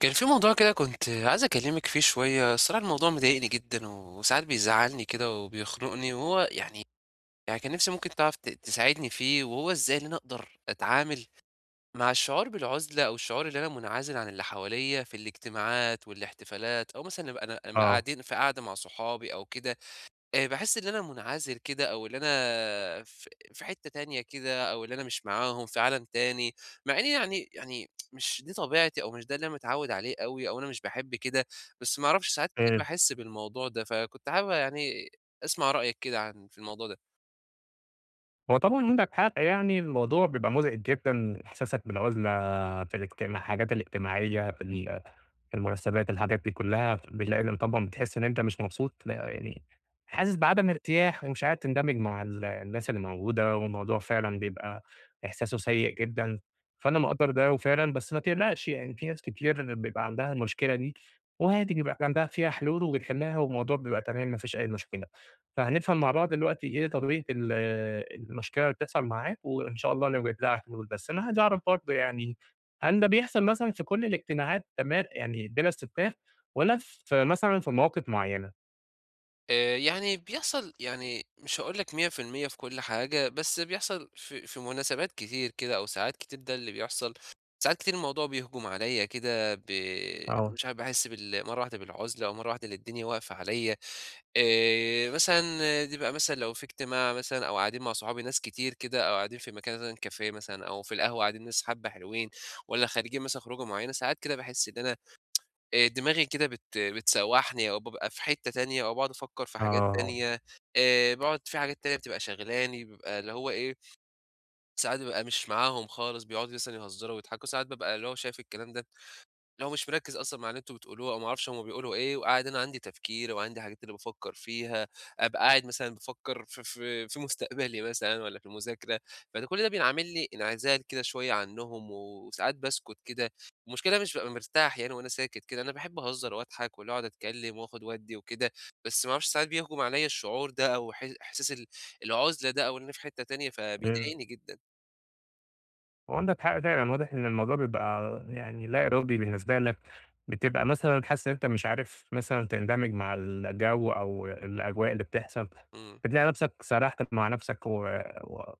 كان في موضوع كده كنت عايز أكلمِك فيه شوية، الصراحة الموضوع مضايقني جدًا وساعات بيزعّلني كده وبيخنقني، وهو يعني كان نِفْسي ممكن تعرف تساعدني فيه، وهو إزاي إن أنا أقدر أتعامل مع الشعور بالعُزلة أو الشعور اللي أنا منعزل عن اللي حواليّا في الاجتماعات والاحتفالات أو مثلًا نبقى آه. قاعدين في قعدة مع صحابي أو كده، باحس إن أنا منعزل كده أو إن أنا في حتّة تانية كده أو إن أنا مش معاهم في عالم تاني، مع إني يعني مش دي طبيعتي أو مش ده اللي أنا متعوّد عليه أوي أو أنا مش باحب كده، بس ما أعرفش ساعات كتير آآ، باحس بالموضوع ده، فكنت حابب يعني أسمع رأيك كده عن في الموضوع ده. هو طبعًا عندك حق يعني الموضوع بيبقى مزعج جدًا، إحساسك بالعزلة في الاجتماع الحاجات الاجتماعية في المناسبات الحاجات دي كلها، بتلاقي طبعًا بتحس إن أنت مش مبسوط لا، يعني حاسس بعدم ارتياح ومش عارف تندمج مع الناس اللي موجودة، والموضوع فعلًا بيبقى إحساسه سيء جدًا، فأنا مقدّر ده وفعلًا بس ما تقلقش يعني في ناس كتير بيبقى عندها المشكلة دي، وعادي بيبقى عندها فيها حلول وبتحلها والموضوع بيبقى تمام ما فيش أي مشكلة. فهنفهم مع بعض دلوقتي إيه طبيعة المشكلة اللي بتحصل معاك، وإن شاء الله نوجد لها حلول، بس أنا عايز أعرف برضه يعني هل ده بيحصل مثلًا في كل الاجتماعات يعني بلا استثناء والّا في مثلًا في مواقف معينة؟ يعني بيحصل يعني مش هاقول لك 100% في المية في كل حاجة، بس بيحصل في مناسبات كتير كده أو ساعات كتير ده اللي بيحصل، ساعات كتير الموضوع بيهجم عليّا كده آه. مش عارف باحس مرة واحدة بالعُزلة أو مرة واحدة إن الدنيا واقفة عليّا، مثلًا بيبقى مثلًا لو في اجتماع مثلًا أو قاعدين مع صحابي ناس كتير كده أو قاعدين في مكان مثلًا كافيه مثلًا أو في القهوة قاعدين ناس حبة حلوين، والّا خارجين مثلًا خروجة معيّنة، ساعات كده باحس إن أنا دماغي كده بتسوّحني أو بابقى في حتّة تانية أو باقعد أفكّر في حاجات آه. تانية، باقعد في حاجات تانية بتبقى شاغلاني، بابقى اللي هو إيه، ساعات بابقى مش معاهم خالص، بيقعدوا مثلًا يهزروا ويضحكوا، ساعات بابقى اللي هو شايف الكلام ده اللي هو مش مركّز أصلًا مع اللي أنتم بتقولوه أو ما أعرفش هم بيقولوا إيه، وقاعد أنا عندي تفكير وعندي حاجات اللي بافكّر فيها، أبقى قاعد مثلًا بافكّر في مستقبلي مثلًا والّا في المذاكرة، فده كل ده بينعمل لي انعزال كده شوية عنّهم وساعات باسكُت كده، المشكلة مش بابقى مرتاح يعني وأنا ساكت كده، أنا باحب أهزّر وأضحك واللي هو أقعد أتكلّم وآخُد وأدّي وكده، بس ما أعرفش ساعات بيهجم عليّا الشعور ده أو إحساس العُزلة ده أو إن أنا في حتّة تانية، آآ، فبيضايقني جدًا. وعندك حق فعلًا، واضح إن الموضوع بيبقى يعني لا إرادي بالنسبة لك، بتبقى مثلًا حاسس إن أنت مش عارف مثلًا تندمج مع الجو أو الأجواء اللي بتحصل، إمم. بتلاقي نفسك سرحت مع نفسك و و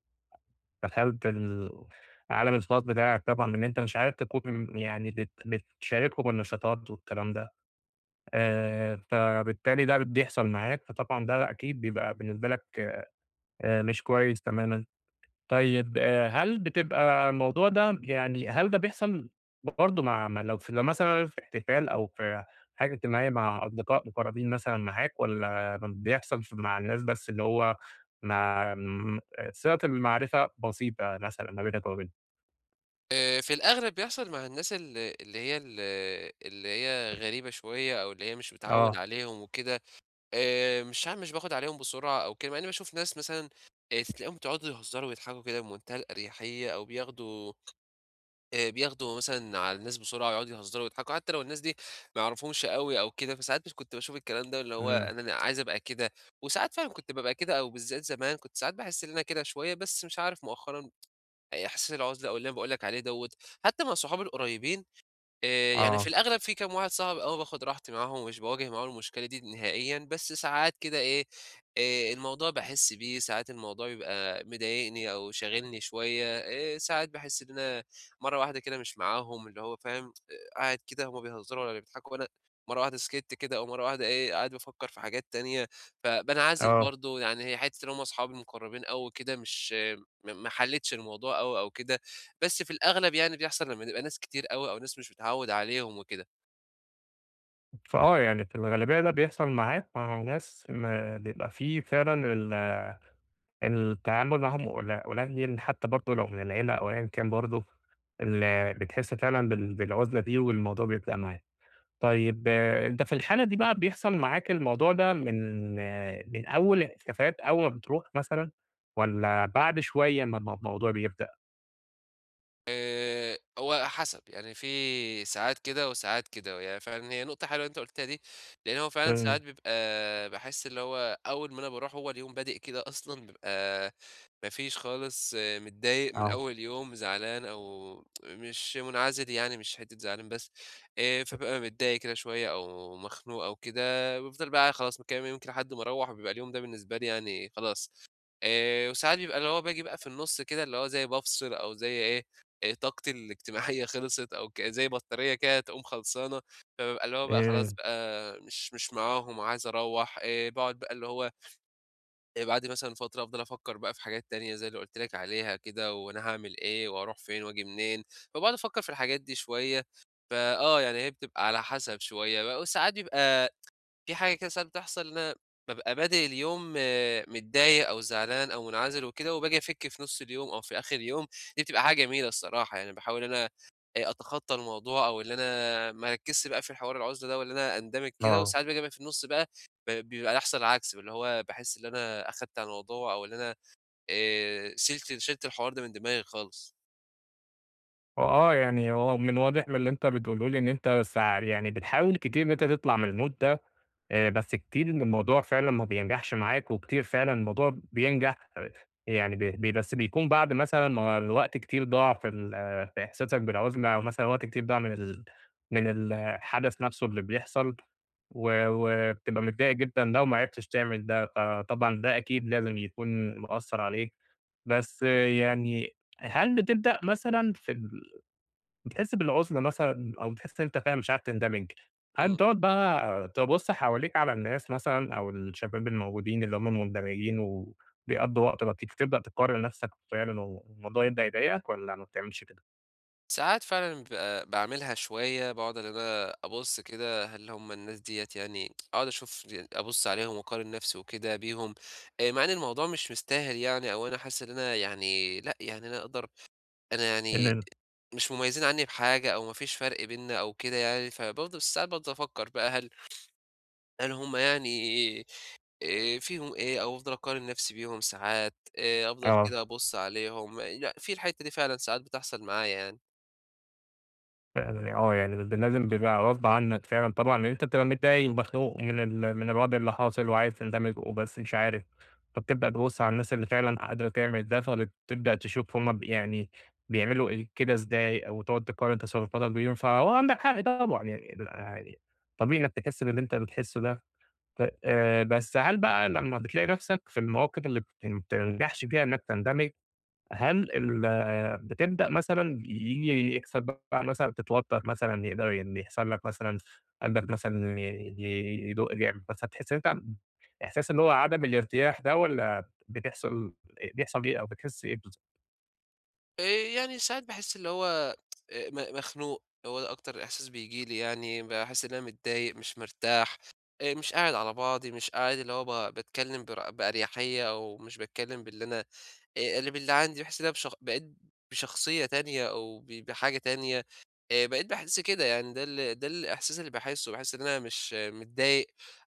دخلت عالم الخاص بتاعك طبعًا، إن أنت مش عارف تكون يعني بتشاركهم النشاطات والكلام ده. فبالتالي ده بيحصل معاك، فطبعًا ده أكيد بيبقى بالنسبة لك مش كويس تمامًا. طيب، هل بتبقى الموضوع ده يعني هل ده بيحصل برضه مع لو مثلًا في احتفال أو في حاجة اجتماعية مع أصدقاء مقربين مثلًا معاك، والّا بيحصل مع الناس بس اللي هو مع م صلة المعرفة بسيطة مثلًا ما بينك وما بينهم؟ في الأغلب بيحصل مع الناس ال اللي هي ال اللي هي غريبة شوية أو اللي هي مش متعوّد آه. عليهم وكده، مش باخد عليهم بسرعة أو كده، مع إنّي باشوف ناس مثلًا تلاقيهم بيقعدوا يهزروا ويضحكوا كده بمنتهى الأريحية أو بياخدوا مثلًا على الناس بسرعة ويقعدوا يهزروا ويضحكوا، حتى لو الناس دي ما أعرفهمش أوي أو كده، فساعات بس كنت باشوف الكلام ده اللي هو إمم. أنا عايز أبقى كده، وساعات فعلًا كنت بابقى كده أو بالذات زمان كنت ساعات باحس إن أنا كده شوية، بس مش عارف مؤخرًا إحساس العُزلة أو اللي أنا باقول لك عليه دوّة، حتى مع صحابي القريبين يعني في آه. الأغلب في كام واحد صاحبي آه باخد راحتي معاهم، مش باواجه معاهم المشكلة دي نهائيًا، بس ساعات كده إيه، الموضوع باحس بيه، ساعات الموضوع بيبقى مضايقني أو شاغلني شوية، ساعات باحس إن أنا مرة واحدة كده مش معاهم، اللي هو فاهم، آه، قاعد كده هُم بيهزروا والّا بيضحكوا وأنا مرة واحدة سكِتّ كده، أو مرة واحدة إيه، قاعد بافكر في حاجات تانية، فبانعزل آه. برضه، يعني هي حتّة إن هُم أصحابي المقربين أوي كده مش آه، ما حلِّتش الموضوع أوي أو كده. بس في الأغلب يعني بيحصل لمّا نبقى ناس كتير أوي أو ناس مش متعوّد عليهم وكده. فآه يعني في الغالبية ده بيحصل معاك مع ناس ما بيبقى في فعلًا التعامل معاهم قليل، حتى برضه لو من العيلة أو أيًا كان، برضه بتحس فعلًا بالعزلة دي والموضوع بيبقى معاك. طيب آه، أنت في الحالة دي بقى بيحصل معاك الموضوع ده من آه، من أول الاحتفالات أول ما بتروح مثلًا والّا بعد شوية أمّا الموضوع بيبدأ؟ هو حسب، يعني في ساعات كده وساعات كده، يعني فعلًا هي نقطة حلوة اللي أنت قُلتها دي، لإن هو فعلًا إمم. ساعات بيبقى باحس اللي هو أول ما أنا باروح هو اليوم بادئ كده أصلًا بيبقى ما فيش خالص آه، متضايق من آه. أول يوم، زعلان أو مش منعزل يعني مش حتّة زعلان بس، فبابقى متضايق كده شوية أو مخنوق أو كده، بافضل بقى خلاص مكمّل يمكن لحد ما أروّح، بيبقى اليوم ده بالنسبة لي يعني خلاص وساعات بيبقى اللي هو باجي بقى في النُص كده اللي هو زي بافصل أو زي إيه، طاقتي الاجتماعية خلصت أو ك زي بطارية كده تقوم خلصانة، فبابقى اللي هو بقى خلاص إمم. بقى مش معاهم عايز أروّح، باقعد بقى اللي هو بعد مثلًا فترة أفضل أفكّر بقى في حاجات تانية زي اللي قُلت لك عليها كده، وأنا هاعمل إيه وهاروح فين وآجي منين، فباقعد أفكّر في الحاجات دي شوية، فآه يعني هي بتبقى على حسب شوية بقى وساعات بيبقى في حاجة كده ساعات بتحصل إن أنا بابقى بادئ اليوم متضايق أو زعلان أو منعزل وكده، وباجي أفِك في نُص اليوم أو في آخر اليوم، دي بتبقى حاجة جميلة الصراحة، يعني باحاول إن أنا أتخطى الموضوع أو إن أنا ما أركّزش بقى في حوار العُزلة ده وإن أنا أندمج كده، آه. وساعات باجي بقى في النُص بقى بيبقى يحصل العكس، اللي هو باحس إن أنا أخدت على الموضوع أو إن أنا شِلت الحوار ده من دماغي خالص. وآه، يعني هو من واضح من اللي أنت بتقوله لي إن أنت يعني بتحاول كتير إن أنت تطلع من المود ده، بس كتير إن الموضوع فعلًا ما بينجحش معاك، وكتير فعلًا الموضوع بينجح آه، يعني ب ب بس بيكون بعد مثلًا ما الوقت كتير ضاع في آه، في إحساسك بالعُزلة، أو مثلًا وقت كتير ضاع من من الحدث نفسه اللي بيحصل، وبتبقى متضايق جدًا لو ما عرفتش تعمل ده، فطبعًا ده أكيد لازم يكون مأثّر عليك، بس آه، يعني هل بتبدأ مثلًا في بتحس بالعُزلة مثلًا أو بتحس إن أنت فعلًا مش عارف تندمج، هل إمم. بتقعد بقى تبُص حواليك على الناس مثلًا أو الشباب الموجودين اللي هم مندمجين وبيقضّوا وقت لطيف، تبدأ تقارن نَفْسك فعلًا والموضوع يبدأ يضايقك والّا ما بتعملش كده؟ ساعات فعلًا باعملها شوية، باقعد إن أنا أبُص كده هل هم الناس ديّة يعني أقعد أشوف ي أبُص عليهم وأقارن نفسي وكده بيهم، مع إن الموضوع مش مستاهل يعني أو أنا حاسس إن أنا يعني لأ، يعني أنا أقدر أنا يعني إن مش مميزين عني بحاجة أو ما فيش فرق بيننا أو كده يعني، فبافضل ساعات بافضل أفكر بقى هل هل هم يعني فيهم إيه أو أفضل أقارن نفسي بيهم ساعات، أفضل آه. كده أبُص عليهم، لأ، في الحتة دي فعلًا ساعات بتحصل معايا يعني. فعلًا آه، يعني لازم بيبقى غصب عنّك فعلًا طبعًا، لإن أنت بتبقى متضايق ومخنوق من من الوضع اللي حاصل وعايز تندمج وبس مش عارف، فبتبدأ تبُص على الناس اللي فعلًا قادرة تعمل ده، فبتبدأ تشوف هُم يعني بيعملوا إيه كده إزاي، أو تقعد تقارن تصرفاتك بيهم، فهو عندك حق طبعًا يعني يعني طبيعي إنّك تحس باللي أنت بتحسه ده. ف بس هل بقى لمّا بتلاقي نَفْسك في المواقف اللي ما بتنجحش فيها إنّك تندمج، هل بتبدأ مثلًا ييجي يكسب بقى مثلًا تتوتر مثلًا يقدر إن يحصل لك مثلًا قلبك مثلًا ي ي يدق جامد، فتحس إن أنت إحساس اللي هو عدم الارتياح ده، والّا بتحصل بيحصل إيه أو بتحس إيه بالضبط؟ آآ يعني ساعات باحس اللي هو م مخنوق، هو ده أكتر إحساس بييجي لي يعني، باحس إن أنا متضايق، مش مرتاح، مش قاعد على بعضي، مش قاعد اللي هو باتكلّم بأريحية أو مش باتكلّم باللي أنا اللي باللي عندي، باحس إن أنا بقيت بشخصية تانية أو بحاجة تانية، بقيت باحس كده يعني، ده الإحساس اللي باحسّه، باحس إن أنا مش متضايق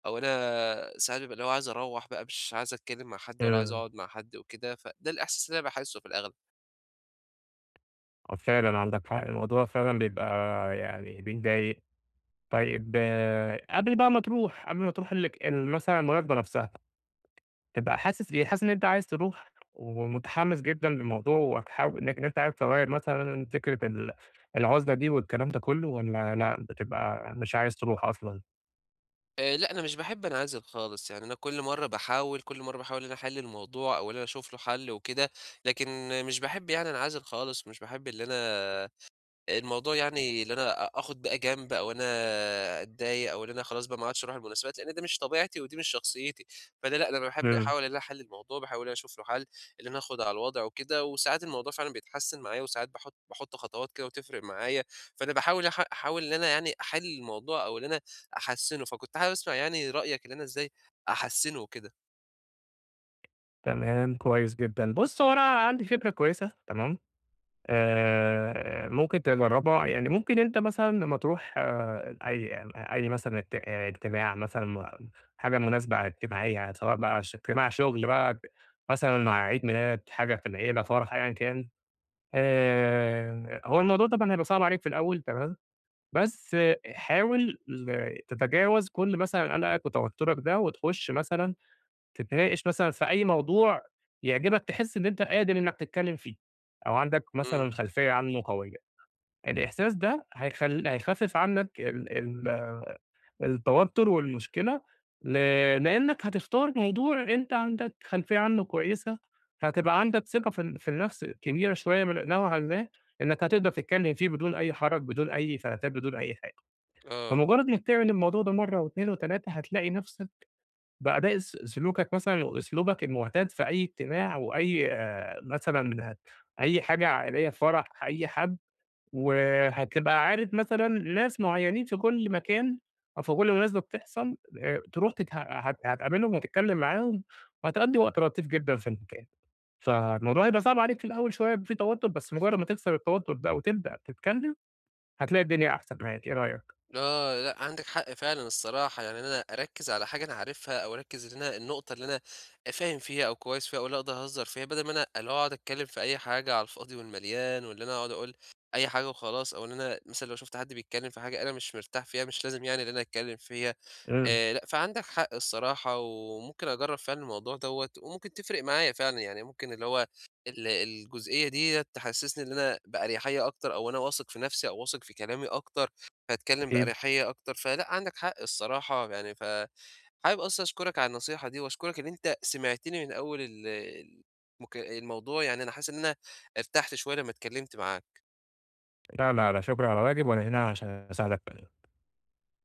أو أنا ساعات بابقى اللي هو عايز أروّح بقى، مش عايز أتكلّم مع حد ولا عايز إمم. أقعد مع حد وكده، فده الإحساس اللي أنا باحسّه في الأغلب. آه فعلًا عندك حق، الموضوع فعلًا بيبقى يعني بيضايق. طيب آه، قبل بقى ما تروح، قبل ما تروح ال ال مثلًا المناسبة نفسها، تبقى حاسس إيه، حاسس إن أنت عايز تروح ومتحمس جدًا للموضوع وهتحاول إنك إن أنت عايز تغيّر مثلًا فكرة العُزلة دي والكلام ده كلّه، والّا لأ بتبقى مش عايز تروح أصلًا؟ لأ، أنا مش باحب أنعزل خالص، يعني أنا كل مرّة باحاول إن أنا أحِل الموضوع أو إن أنا أشوف له حَل وكده، لكن مش باحب يعني أنعزل خالص، مش باحب اللي أنا الموضوع يعني اللي أنا آخد بقى جنب أو أنا أتضايق أو إن أنا خلاص بقى ما عادش أروح المناسبات، لإن ده مش طبيعتي ودي مش شخصيتي، فأنا لأ، أنا باحب إمم. أحاول ألاقي حل للموضوع، باحاول إن أنا أشوف له حل، إن أنا آخد على الوضع وكده، وساعات الموضوع فعلًا بيتحسن معايا وساعات باحط خطوات كده وتفرق معايا، فأنا باحاول أح أحاول إن أنا يعني أحل الموضوع أو إن أنا أحسّنه، فكنت حابب أسمع يعني رأيك إن أنا إزاي أحسّنه وكده؟ تمام، كويس جدًا. بُص، هو أنا عندي فكرة كويسة تمام، ممكن تجرّبها، يعني ممكن أنت مثلًا لمّا تروح آه أي أي مثلًا اجتماع مثلًا، حاجة مناسبة اجتماعية سواء بقى اجتماع شُغل بقى مثلًا، مع عيد ميلاد، حاجة في العيلة، فرح، أيًا كان. هو الموضوع طبعًا هيبقى صعب عليك في الأول تمام، بس آه، حاول تتجاوز كل مثلًا قلقك وتوترك ده، وتخش مثلًا تتناقش مثلًا في أي موضوع يعجبك تحس إن أنت قادر إنك تتكلم فيه، أو عندك إمم، مثلًا خلفية عنه قوية. الإحساس ده هيخفف عنك ال ال التوتر والمشكلة، ل لإنّك هتختار موضوع أنت عندك خلفية عنّه كويسة، هتبقى عندك ثقة في في النَفْس كبيرة شوية من نوعًا ما، إنّك هتقدر تتكلّم فيه بدون أي حَرَج، بدون أي فلاتات، بدون أي حاجة. آه. فمجرّد إنّك تعمل الموضوع ده مرّة و2 و3، هتلاقي نَفْسك بأداء سلوكك مثلًا وأسلوبك المعتاد في أي اجتماع وأي مثلًا أي حاجة عائلية، فرح أي حد، وهتبقى عارف مثلًا ناس معيّنين في كل مكان أو في كل مناسبة بتحصل، تروح تتها هت هتقابلهم وهتتكلّم معاهم وهتقضّي وقت لطيف جدًا في المكان، فالموضوع هيبقى صعب عليك في الأول شوية بيبقى في توتُّر، بس مجرّد ما تكسر التوتُّر ده وتبدأ تتكلّم، هتلاقي الدنيا أحسن معاك، إيه رأيك؟ آه، لأ عندِك حق فعلًا الصراحة، يعني إن أنا أركّز على حاجة أنا عارفها أو أركّز إن أنا النقطة اللي أنا فاهم فيها أو كويس فيها أو اللي أقدر أهزّر فيها، بدل ما أنا اللي هو أقعد أتكلّم في أي حاجة على الفاضي والمليان، واللي أنا أقعد أقول أي حاجة وخلاص، أو إن أنا مثلًا لو شُفت حد بيتكلّم في حاجة أنا مش مرتاح فيها مش لازم يعني إن أنا أتكلّم فيها. إمم. لأ، فعندك حق الصراحة، وممكن أجرّب فعلًا الموضوع دوّة، وممكن تفرق معايا فعلًا، يعني ممكن اللي هو الجزئية ديّة تحسّسني إن أنا بأريحية أكتر، أو أنا واثق في نَفْسي أو واثق في كلامي أكتر، فاتكلّم أكيد. بأريحية أكتر، فلأ عندك حق الصراحة يعني، حابب أصلًا أشكرك على النصيحة دي، وأشكرك إن أنت سمعتني من أول ال المك الموضوع، يعني أنا حاسس إن أنا ارتحت شوية لمّا اتكلّمت معاك. لا، لا، لا شكر على واجب وأنا هنا عشان أساعدك.